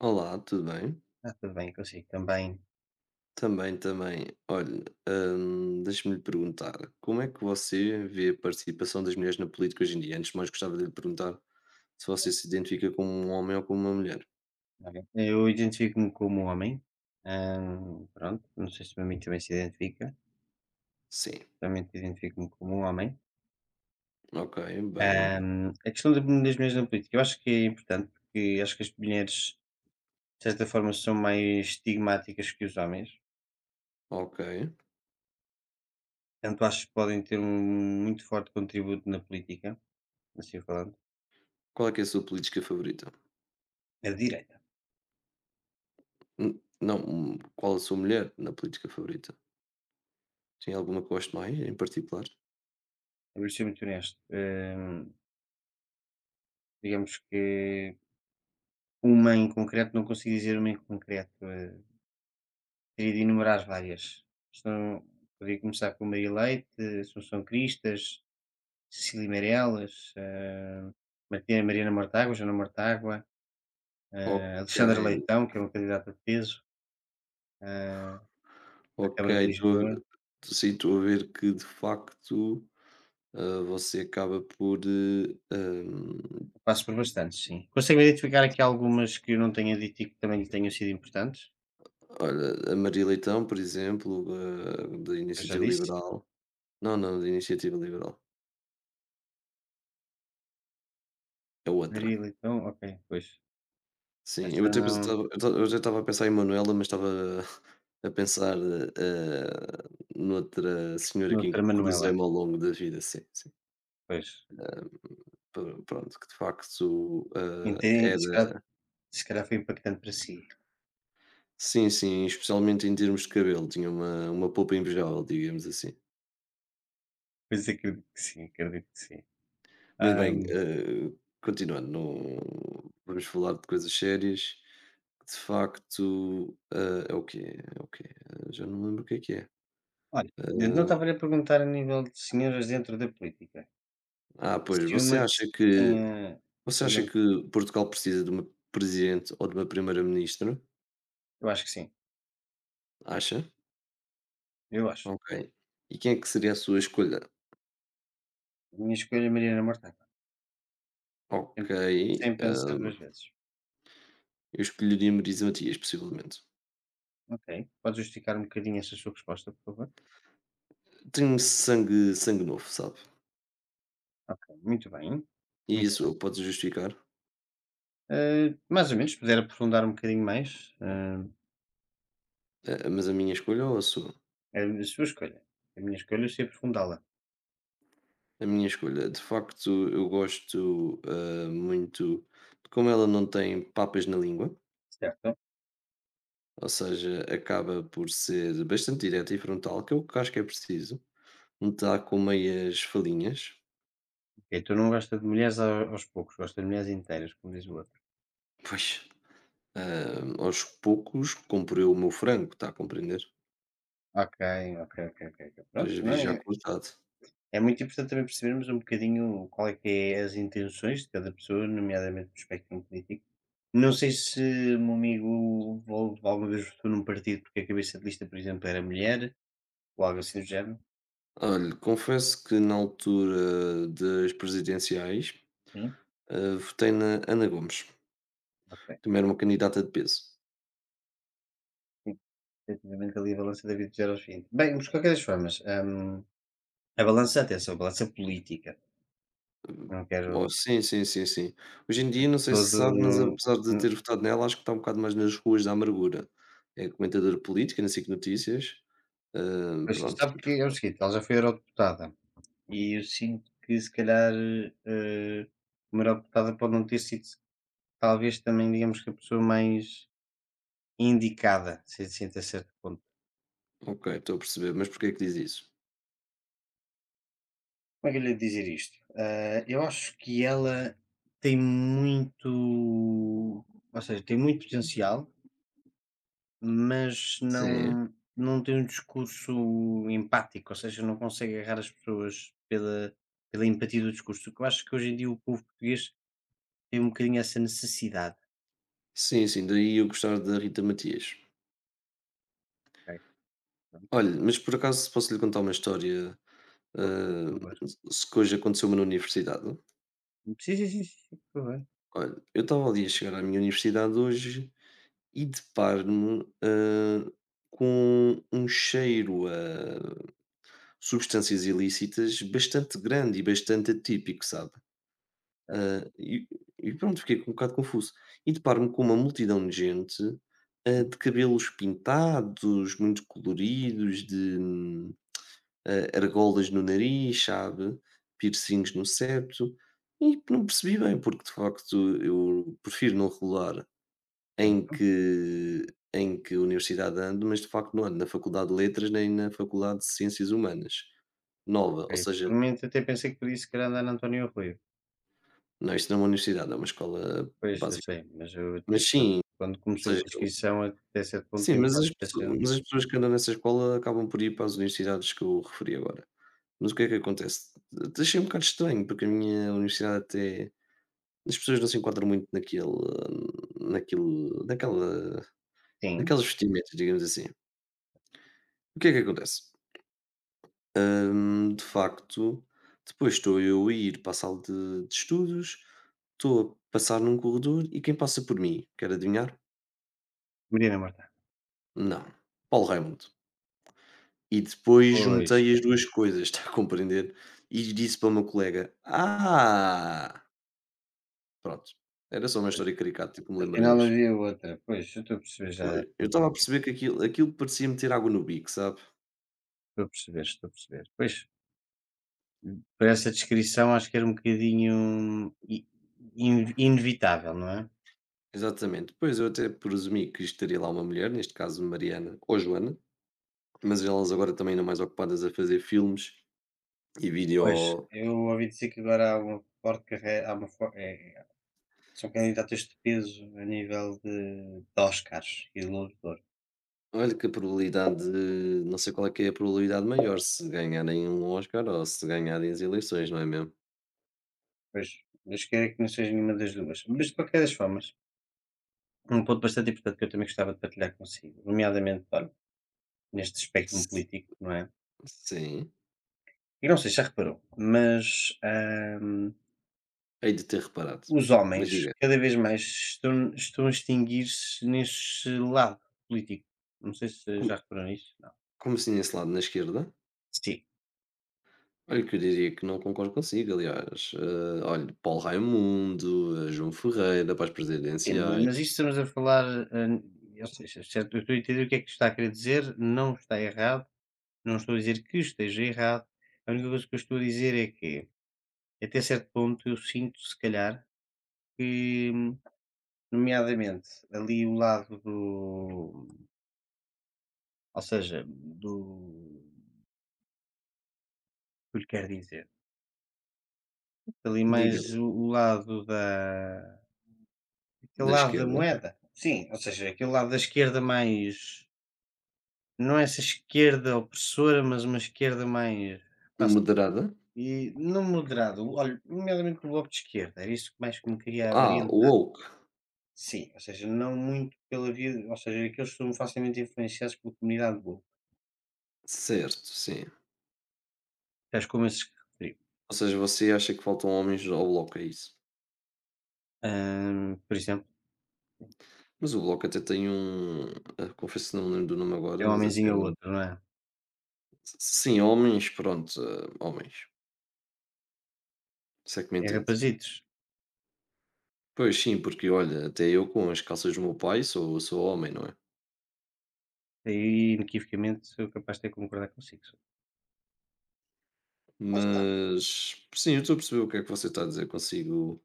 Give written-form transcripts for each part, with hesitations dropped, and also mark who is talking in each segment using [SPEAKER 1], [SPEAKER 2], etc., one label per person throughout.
[SPEAKER 1] Olá, tudo bem?
[SPEAKER 2] Está tudo bem consigo também.
[SPEAKER 1] Também, também. Olha, deixa-me lhe perguntar, como é que você vê a participação das mulheres na política hoje em dia? Antes de mais, gostava de lhe perguntar se você se identifica como um homem ou como uma mulher.
[SPEAKER 2] Olha, eu identifico-me como homem, pronto, não sei se o meu amigo também se identifica,
[SPEAKER 1] Sim.
[SPEAKER 2] realmente identifico-me como homem.
[SPEAKER 1] Ok, bem.
[SPEAKER 2] A questão da das mulheres na política, eu acho que é importante, porque acho que as mulheres, de certa forma, são mais estigmáticas que os homens,
[SPEAKER 1] Ok.
[SPEAKER 2] portanto acho que podem ter um muito forte contributo na política, assim falando,
[SPEAKER 1] Qual é que é a sua política favorita?
[SPEAKER 2] a direita,
[SPEAKER 1] Não, qual a sua mulher na política favorita? Tem alguma que goste mais, em particular?
[SPEAKER 2] eu vou ser muito honesto. Digamos que uma em concreto, não consigo dizer uma em concreto. Teria de enumerar várias. São podia começar com Maria Leite, Assunção Cristas, Cecília Meireles, Marti Mariana Mortágua, Joana Mortágua,
[SPEAKER 1] Ok,
[SPEAKER 2] Alexandra Leitão, que é uma candidata de peso, hã, à
[SPEAKER 1] ok.
[SPEAKER 2] Câmara de Lisboa.
[SPEAKER 1] Sim, estou a ver que, de facto, você acaba por.
[SPEAKER 2] Eu passo por bastantes, sim. Consegue identificar aqui algumas que eu não tenha dito e que também lhe tenham sido importantes?
[SPEAKER 1] Olha, a Maria Leitão, por exemplo, da
[SPEAKER 2] Eu já
[SPEAKER 1] Iniciativa
[SPEAKER 2] disse?
[SPEAKER 1] Liberal. Não, não, da Iniciativa Liberal. É outra.
[SPEAKER 2] Maria Leitão, ok, pois.
[SPEAKER 1] Sim, eu
[SPEAKER 2] Esta
[SPEAKER 1] até
[SPEAKER 2] não
[SPEAKER 1] pensava, eu já estava a pensar em Manuela, mas estava a pensar noutra senhora
[SPEAKER 2] tinha
[SPEAKER 1] que
[SPEAKER 2] outra Manuela,
[SPEAKER 1] cruzei-me ao longo da vida, sim, sim.
[SPEAKER 2] pois.
[SPEAKER 1] Pronto, que de facto
[SPEAKER 2] Entendi.
[SPEAKER 1] era.
[SPEAKER 2] Se calhar foi impactante para si.
[SPEAKER 1] Sim, sim, especialmente em termos de cabelo, tinha uma polpa invejável, digamos assim.
[SPEAKER 2] Pois acredito que sim, acredito que sim.
[SPEAKER 1] Mas bem,
[SPEAKER 2] Ahm,
[SPEAKER 1] continuando, não vamos falar de coisas sérias. De facto, é o quê? É o quê? Já não me lembro o que é que é.
[SPEAKER 2] Olha, eu não
[SPEAKER 1] Eh,
[SPEAKER 2] estava-lhe a perguntar a nível de senhoras dentro da política,
[SPEAKER 1] pois,
[SPEAKER 2] se
[SPEAKER 1] você
[SPEAKER 2] uma que se
[SPEAKER 1] acha que
[SPEAKER 2] tenha,
[SPEAKER 1] você acha
[SPEAKER 2] digamos,
[SPEAKER 1] que Portugal precisa de uma presidente ou de uma primeira-ministra?
[SPEAKER 2] eu acho que sim,
[SPEAKER 1] Acha?
[SPEAKER 2] eu acho.
[SPEAKER 1] Ok. E quem é que seria a sua escolha?
[SPEAKER 2] A minha escolha é Mariana Mortágua,
[SPEAKER 1] Ok,
[SPEAKER 2] sem sem pensar
[SPEAKER 1] hum,
[SPEAKER 2] duas vezes.
[SPEAKER 1] eu escolheria Marisa Matias, possivelmente.
[SPEAKER 2] Ok, pode justificar um bocadinho essa sua resposta, por favor?
[SPEAKER 1] Tenho sangue novo, sabe?
[SPEAKER 2] Ok, muito bem,
[SPEAKER 1] E
[SPEAKER 2] muito
[SPEAKER 1] isso
[SPEAKER 2] bem.
[SPEAKER 1] eu posso justificar,
[SPEAKER 2] Mais ou menos, se puder aprofundar um bocadinho mais,
[SPEAKER 1] mas a minha escolha ou a sua?
[SPEAKER 2] é a sua escolha. A minha escolha é se aprofundá-la,
[SPEAKER 1] A minha escolha, de facto, eu gosto, muito de como ela não tem papas na língua,
[SPEAKER 2] certo?
[SPEAKER 1] ou seja, acaba por ser bastante direta e frontal, que é o que acho que é preciso. Não está com meias falinhas,
[SPEAKER 2] Ok, tu não gosta de mulheres aos poucos, gosta de mulheres inteiras, como diz o outro.
[SPEAKER 1] pois, aos poucos comprei o meu frango, está a compreender?
[SPEAKER 2] Ok, ok. ok. Pronto,
[SPEAKER 1] Mas
[SPEAKER 2] não
[SPEAKER 1] vi já
[SPEAKER 2] é?
[SPEAKER 1] cortado.
[SPEAKER 2] É muito importante também percebermos um bocadinho qual é que é as intenções de cada pessoa, nomeadamente do espectro político. Não sei se o meu amigo alguma vez votou num partido porque a cabeça de lista, por exemplo, era mulher, ou algo assim do género.
[SPEAKER 1] Olha, confesso que na altura das presidenciais,
[SPEAKER 2] Sim,
[SPEAKER 1] votei na Ana Gomes,
[SPEAKER 2] ok.
[SPEAKER 1] também era uma candidata de peso.
[SPEAKER 2] Sim, efetivamente ali a balança da vida gera os fim. Bem, mas de qualquer das formas, a balança, atenção, a balança política. Não quero
[SPEAKER 1] Oh, sim, sim, sim, sim. Hoje em dia, não sei se
[SPEAKER 2] todo.
[SPEAKER 1] sabe, mas
[SPEAKER 2] Não,
[SPEAKER 1] apesar de
[SPEAKER 2] não-
[SPEAKER 1] ter votado nela, acho que está um bocado mais nas ruas da amargura. É comentadora política na SIC Notícias.
[SPEAKER 2] pois,
[SPEAKER 1] Pronto,
[SPEAKER 2] sabe que é o seguinte, ela já foi eurodeputada. E eu sinto que se calhar, eh, a melhor optada pode não ter sido talvez também digamos que a pessoa mais indicada, se a certo ponto.
[SPEAKER 1] ok, estou a perceber, mas porquê é que diz isso?
[SPEAKER 2] Como é que eu lhe hei dizer isto? Ah, eu acho que ela tem muito ou seja, tem muito potencial, mas
[SPEAKER 1] Sim.
[SPEAKER 2] não tem um discurso empático, ou seja, não consegue agarrar as pessoas pela empatia do discurso, que eu acho que hoje em dia o povo português tem um bocadinho essa necessidade,
[SPEAKER 1] Sim, sim, daí eu gostar da Rita Matias.
[SPEAKER 2] ok?
[SPEAKER 1] Olha, mas por acaso posso lhe contar uma história,
[SPEAKER 2] Por
[SPEAKER 1] hã,
[SPEAKER 2] favor.
[SPEAKER 1] se que hoje aconteceu-me na universidade?
[SPEAKER 2] Sim, sim, sim, sim, tudo bem.
[SPEAKER 1] Olha, eu estava ali a chegar à minha universidade hoje e deparo-me, com um cheiro a substâncias ilícitas bastante grande e bastante atípico, sabe?
[SPEAKER 2] Certo,
[SPEAKER 1] E, e pronto, fiquei um bocado confuso. E deparo-me com uma multidão de gente, de cabelos pintados, muito coloridos, de argolas no nariz, sabe? Piercings no septo. E não percebi bem, porque de facto eu prefiro não regular em
[SPEAKER 2] certo.
[SPEAKER 1] que, em que universidade ando, mas de facto não ando na Faculdade de Letras nem na Faculdade de Ciências Humanas, nova. Ou
[SPEAKER 2] Ok. Por
[SPEAKER 1] seja,
[SPEAKER 2] momentos até pensei que podia se calhar dar António Rui.
[SPEAKER 1] não, isto não é uma universidade, é uma escola
[SPEAKER 2] Pois, eu
[SPEAKER 1] básica.
[SPEAKER 2] sei, mas eu até
[SPEAKER 1] Mas
[SPEAKER 2] pronto,
[SPEAKER 1] sim,
[SPEAKER 2] quando
[SPEAKER 1] ou
[SPEAKER 2] começou
[SPEAKER 1] seja,
[SPEAKER 2] com a
[SPEAKER 1] eu
[SPEAKER 2] descrição até certo ponto
[SPEAKER 1] sim,
[SPEAKER 2] ia-me
[SPEAKER 1] mas
[SPEAKER 2] quase
[SPEAKER 1] as pesso
[SPEAKER 2] esquecendo.
[SPEAKER 1] mas as pessoas que andam nessa escola acabam por ir para as universidades que eu referi agora. Mas o que é que acontece? Até achei um bocado estranho, porque a minha universidade até as pessoas não se enquadram muito naquele naquilo naquela
[SPEAKER 2] Sim,
[SPEAKER 1] naquelas vestimentas, digamos assim. O que é que acontece? De facto, depois estou eu a ir para a sala de estudos, estou a passar num corredor e quem passa por mim, quer adivinhar?
[SPEAKER 2] Mariana Marta.
[SPEAKER 1] Não, Paulo Raimundo. E depois
[SPEAKER 2] Pois,
[SPEAKER 1] juntei as 2 coisas, está a compreender? E disse para o meu colega: "Ah!" Pronto, era só uma
[SPEAKER 2] pois.
[SPEAKER 1] história caricata que me lembrei
[SPEAKER 2] Afinal
[SPEAKER 1] hoje.
[SPEAKER 2] havia outra. Pois, eu estou a perceber
[SPEAKER 1] Pois,
[SPEAKER 2] já
[SPEAKER 1] eu
[SPEAKER 2] tudo o
[SPEAKER 1] estava a
[SPEAKER 2] que.
[SPEAKER 1] perceber que aquilo parecia meter água no bico, sabe?
[SPEAKER 2] Estou a perceber, estou a perceber. Pois, por essa descrição acho que era um bocadinho inevitável, não é?
[SPEAKER 1] Exatamente. Pois, eu até presumi que estaria lá uma mulher, neste caso Mariana ou Joana, mas elas agora também andam mais ocupadas a fazer filmes e
[SPEAKER 2] Pois,
[SPEAKER 1] vídeo.
[SPEAKER 2] eu ouvi dizer que agora há uma forte carreira, há uma forte, são candidatas de peso a nível de Oscars e de Globo de Ouro.
[SPEAKER 1] Olha que não sei qual é que é a probabilidade maior, se ganharem um Oscar ou se ganharem as eleições, não é mesmo?
[SPEAKER 2] Pois, Deus queira que não seja nenhuma das duas. Mas de qualquer das formas, um ponto bastante importante que eu também gostava de partilhar consigo, nomeadamente, olha, neste espectro
[SPEAKER 1] S
[SPEAKER 2] político, não é?
[SPEAKER 1] sim.
[SPEAKER 2] E não sei se já reparou, mas,
[SPEAKER 1] Hei de ter reparado.
[SPEAKER 2] os
[SPEAKER 1] Mas
[SPEAKER 2] homens
[SPEAKER 1] diga,
[SPEAKER 2] cada vez mais estão a extinguir-se nesse lado político. Não sei se
[SPEAKER 1] como
[SPEAKER 2] já reparou nisso? Não.
[SPEAKER 1] como assim esse lado na esquerda?
[SPEAKER 2] Sim.
[SPEAKER 1] Olha que eu diria que não concordo consigo, aliás. Olha, Paulo Raimundo, João Ferreira para as
[SPEAKER 2] Sim, ma
[SPEAKER 1] presidenciais.
[SPEAKER 2] mas isto estamos a falar, hã, ou seja, certo, eu estou a entender o que é que está a querer dizer, não está errado, não estou a dizer que esteja errado, a única coisa que eu estou a dizer é que, até certo ponto, eu sinto, se calhar, que, nomeadamente, ali o lado do ou seja, do o que eu lhe quero dizer, ali
[SPEAKER 1] Diga-me,
[SPEAKER 2] mais o lado da aquele
[SPEAKER 1] da
[SPEAKER 2] lado da
[SPEAKER 1] esquerda?
[SPEAKER 2] moeda, sim, ou seja, aquele lado da esquerda mais. Não é essa esquerda opressora, mas uma esquerda mais pá,
[SPEAKER 1] Moderada?
[SPEAKER 2] e não moderado. Olha, nomeadamente o Bloco de Esquerda, era isso que mais que me queria
[SPEAKER 1] Ah,
[SPEAKER 2] orientar.
[SPEAKER 1] woke.
[SPEAKER 2] Sim, ou seja, não muito pela via ou seja, aqueles que são facilmente influenciados pela comunidade woke,
[SPEAKER 1] Certo, sim.
[SPEAKER 2] tais como esses que referiu.
[SPEAKER 1] Ou seja, você acha que faltam homens ao Bloco, é isso?
[SPEAKER 2] Por exemplo,
[SPEAKER 1] Mas o Bloco até tem um, confesso que não me lembro do nome agora,
[SPEAKER 2] é um
[SPEAKER 1] mas até
[SPEAKER 2] homenzinho ou
[SPEAKER 1] um
[SPEAKER 2] outro, não é?
[SPEAKER 1] sim, homens, pronto, homens, se é que me
[SPEAKER 2] É
[SPEAKER 1] entende.
[SPEAKER 2] rapazitos.
[SPEAKER 1] Pois sim, porque olha, até eu com as calças do meu pai sou homem, não é?
[SPEAKER 2] Aí inequivocamente sou capaz de ter que concordar consigo. Lá está.
[SPEAKER 1] Mas sim, eu estou a perceber o que é que você está a dizer, consigo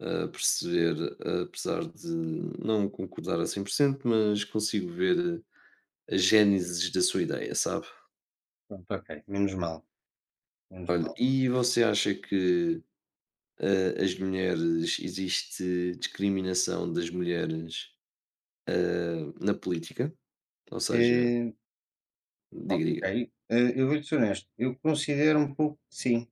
[SPEAKER 1] perceber, apesar de não concordar a 100%, mas consigo ver a gênese da sua ideia, sabe?
[SPEAKER 2] Pronto, ok, menos mal, menos
[SPEAKER 1] Olha,
[SPEAKER 2] mal.
[SPEAKER 1] e você acha que as mulheres, existe discriminação das mulheres ah, na política? Ou seja,
[SPEAKER 2] Eh,
[SPEAKER 1] diga, diga.
[SPEAKER 2] ok, eu vou-te ser honesto, eu considero um pouco que sim,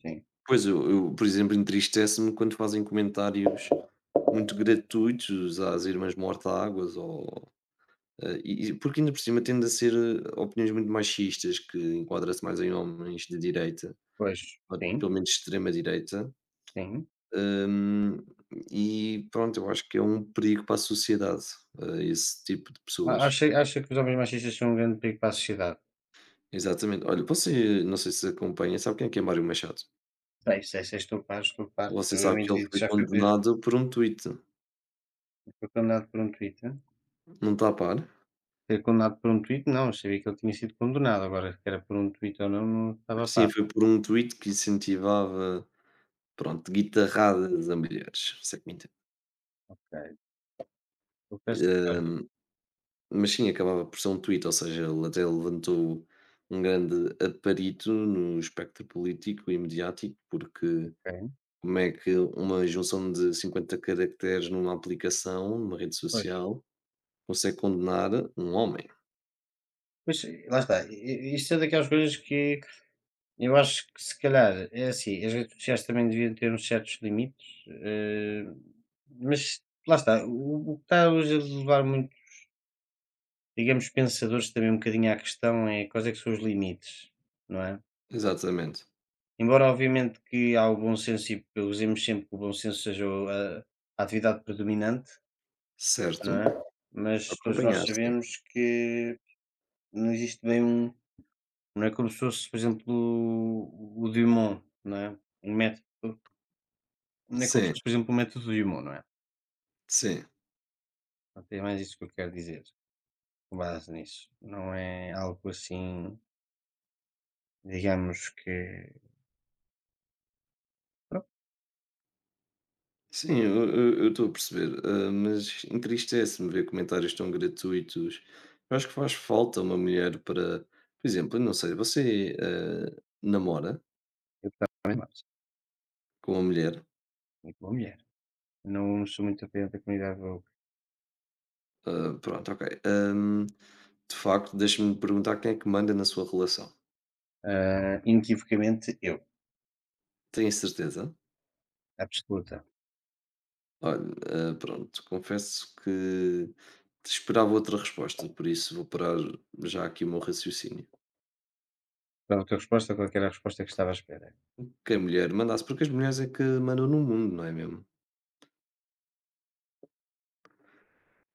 [SPEAKER 2] sim.
[SPEAKER 1] Pois eu, por exemplo, entristece-me quando fazem comentários muito gratuitos às irmãs mortáguas, ou e porque ainda por cima tende a ser, opiniões muito machistas que enquadra-se mais em homens de direita,
[SPEAKER 2] Pois,
[SPEAKER 1] ou
[SPEAKER 2] sim,
[SPEAKER 1] pelo menos de extrema direita,
[SPEAKER 2] sim.
[SPEAKER 1] hum, e pronto, eu acho que é um perigo para a sociedade, esse tipo de
[SPEAKER 2] A
[SPEAKER 1] pessoas.
[SPEAKER 2] acha que os homens machistas são um grande perigo para a sociedade?
[SPEAKER 1] Exatamente. Olha, você não sei se acompanha, sabe quem é que é Mário Machado?
[SPEAKER 2] Bem, se essa estou par, estou par.
[SPEAKER 1] Você
[SPEAKER 2] Houve um
[SPEAKER 1] sabe que ele
[SPEAKER 2] indivíduo que
[SPEAKER 1] foi
[SPEAKER 2] já foi preso,
[SPEAKER 1] condenado por um tweet,
[SPEAKER 2] foi condenado por um tweet.
[SPEAKER 1] não está a par?
[SPEAKER 2] Foi condenado por um tweet, não, eu sabia que ele tinha sido condenado, agora que era por um tweet ou não, não estava a
[SPEAKER 1] Sim,
[SPEAKER 2] par.
[SPEAKER 1] foi por um tweet que incentivava. Pronto, guitarradas a milhares, se é que me entende.
[SPEAKER 2] Ok, confesso que olha,
[SPEAKER 1] Hã, mas sim, acabava por ser um tweet, ou seja, ele até levantou um grande aparito no espectro político e mediático, porque
[SPEAKER 2] ok,
[SPEAKER 1] como é que uma junção de 50 caracteres numa aplicação, numa rede
[SPEAKER 2] pois.
[SPEAKER 1] social, consegue condenar um homem?
[SPEAKER 2] Pois, lá está, i i isto é daquelas coisas que eu acho que se calhar é assim, as redes sociais também deviam ter uns certos limites, mas lá está, o que está hoje a levar muito digamos pensadores também um bocadinho à questão, é quais é que são os limites, não é?
[SPEAKER 1] Exatamente.
[SPEAKER 2] Embora obviamente que há o bom senso e usemos sempre que o bom senso seja o a atividade predominante,
[SPEAKER 1] Certo,
[SPEAKER 2] não é? Mas todos nós
[SPEAKER 1] acompanhar, sim.
[SPEAKER 2] sabemos que não existe bem um não é como se fosse, por exemplo, o Dumont, não é? Um método não é como se
[SPEAKER 1] Sim,
[SPEAKER 2] fosse, por exemplo, o método Dumont, não é?
[SPEAKER 1] sim.
[SPEAKER 2] Pronto, é mais isso que eu quero dizer, com base nisso. Não é algo assim, digamos que pronto,
[SPEAKER 1] Sim, eu estou a perceber, mas entristece-me ver comentários tão gratuitos. Eu acho que faz falta uma mulher para, por exemplo, eu não sei, você namora
[SPEAKER 2] eu gostava muito
[SPEAKER 1] com uma mulher?
[SPEAKER 2] muito bom. Não sou muito apoiante da comunidade woke.
[SPEAKER 1] Ah, pronto, ok. De facto, deixa-me perguntar quem é que manda na sua relação.
[SPEAKER 2] Ah, inequivocamente eu,
[SPEAKER 1] Tenho certeza?
[SPEAKER 2] absoluta.
[SPEAKER 1] Olha, pronto, confesso que esperava outra resposta, por isso vou parar já aqui o meu raciocínio.
[SPEAKER 2] Pela tua resposta, qualquer era a resposta que estava à espera?
[SPEAKER 1] Que a mulher mandasse, porque as mulheres é que mandam no mundo, não é mesmo?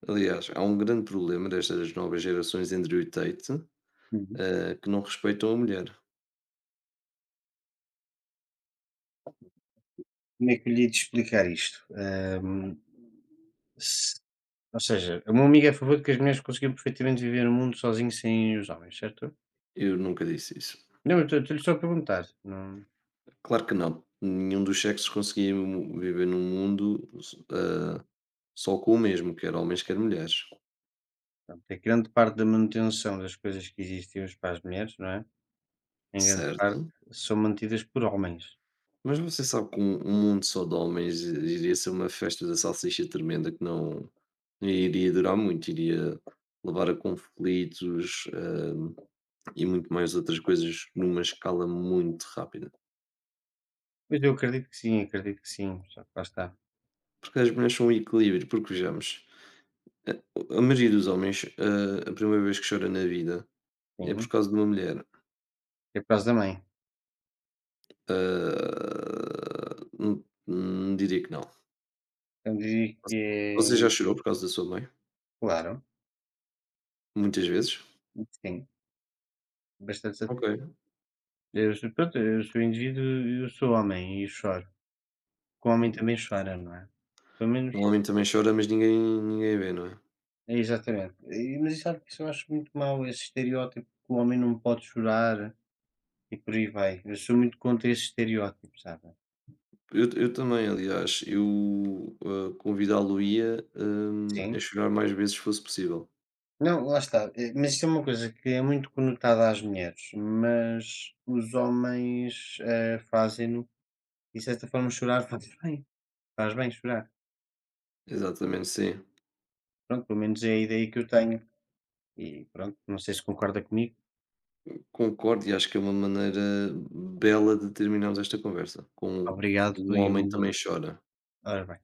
[SPEAKER 1] Aliás, há um grande problema destas novas gerações em Andrew Tate,
[SPEAKER 2] Uhum.
[SPEAKER 1] que não respeitam a mulher.
[SPEAKER 2] Como é que eu lhe hei de explicar isto? Se ou seja, o meu amigo é a favor de que as mulheres consigam perfeitamente viver no mundo sozinho sem os homens, certo?
[SPEAKER 1] Eu nunca disse isso.
[SPEAKER 2] Não, eu estou-lhe só a perguntar. Não,
[SPEAKER 1] Claro que não. Nenhum dos sexos conseguia viver num mundo eh, só com o mesmo, quer homens, quer mulheres.
[SPEAKER 2] pronto, é que grande parte da manutenção das coisas que existem hoje para as mulheres, não é? Em grande parte
[SPEAKER 1] Certo.
[SPEAKER 2] são mantidas por homens.
[SPEAKER 1] Mas você sabe que um mundo só de homens iria ser uma festa da salsicha tremenda que não iria durar muito, iria levar a conflitos, e muito mais outras coisas numa escala muito rápida.
[SPEAKER 2] Mas eu acredito que sim, acredito que sim. Só que lá está.
[SPEAKER 1] Porque as mulheres são um equilíbrio, porque vejamos, a a maioria dos homens, a primeira vez que chora na vida é por
[SPEAKER 2] Sim,
[SPEAKER 1] causa de uma mulher.
[SPEAKER 2] é por causa da mãe.
[SPEAKER 1] Ah, diria que não.
[SPEAKER 2] Eu diria que
[SPEAKER 1] Você
[SPEAKER 2] é
[SPEAKER 1] já chorou por causa da sua mãe?
[SPEAKER 2] claro,
[SPEAKER 1] Muitas vezes?
[SPEAKER 2] sim, bastante satis
[SPEAKER 1] Ok.
[SPEAKER 2] eu sou pronto, eu sou indivíduo, eu sou homem e choro, porque o homem
[SPEAKER 1] Hum,
[SPEAKER 2] também chora, não é? Pelo menos
[SPEAKER 1] um homem também chora, mas ninguém vê, não é?
[SPEAKER 2] é exatamente. E mas sabe que isso eu acho muito mau, esse estereótipo que o homem não pode chorar e por aí vai. Eu sou muito contra esse estereótipo, sabe?
[SPEAKER 1] Eu também, aliás, eu convidá-lo-ia, a
[SPEAKER 2] Sim.
[SPEAKER 1] chorar mais vezes se fosse possível.
[SPEAKER 2] Não, lá está, mas isso é uma coisa que é muito conotada às mulheres, mas os homens, fazem-no e de certa forma chorar faz bem chorar.
[SPEAKER 1] Exatamente, sim.
[SPEAKER 2] Pronto, pelo menos é a ideia que eu tenho e pronto, não sei se concorda comigo.
[SPEAKER 1] Concordo e acho que é uma maneira bela de terminarmos esta conversa, com
[SPEAKER 2] Obrigado
[SPEAKER 1] "Um
[SPEAKER 2] e
[SPEAKER 1] homem
[SPEAKER 2] um bom
[SPEAKER 1] também chora".
[SPEAKER 2] ora bem.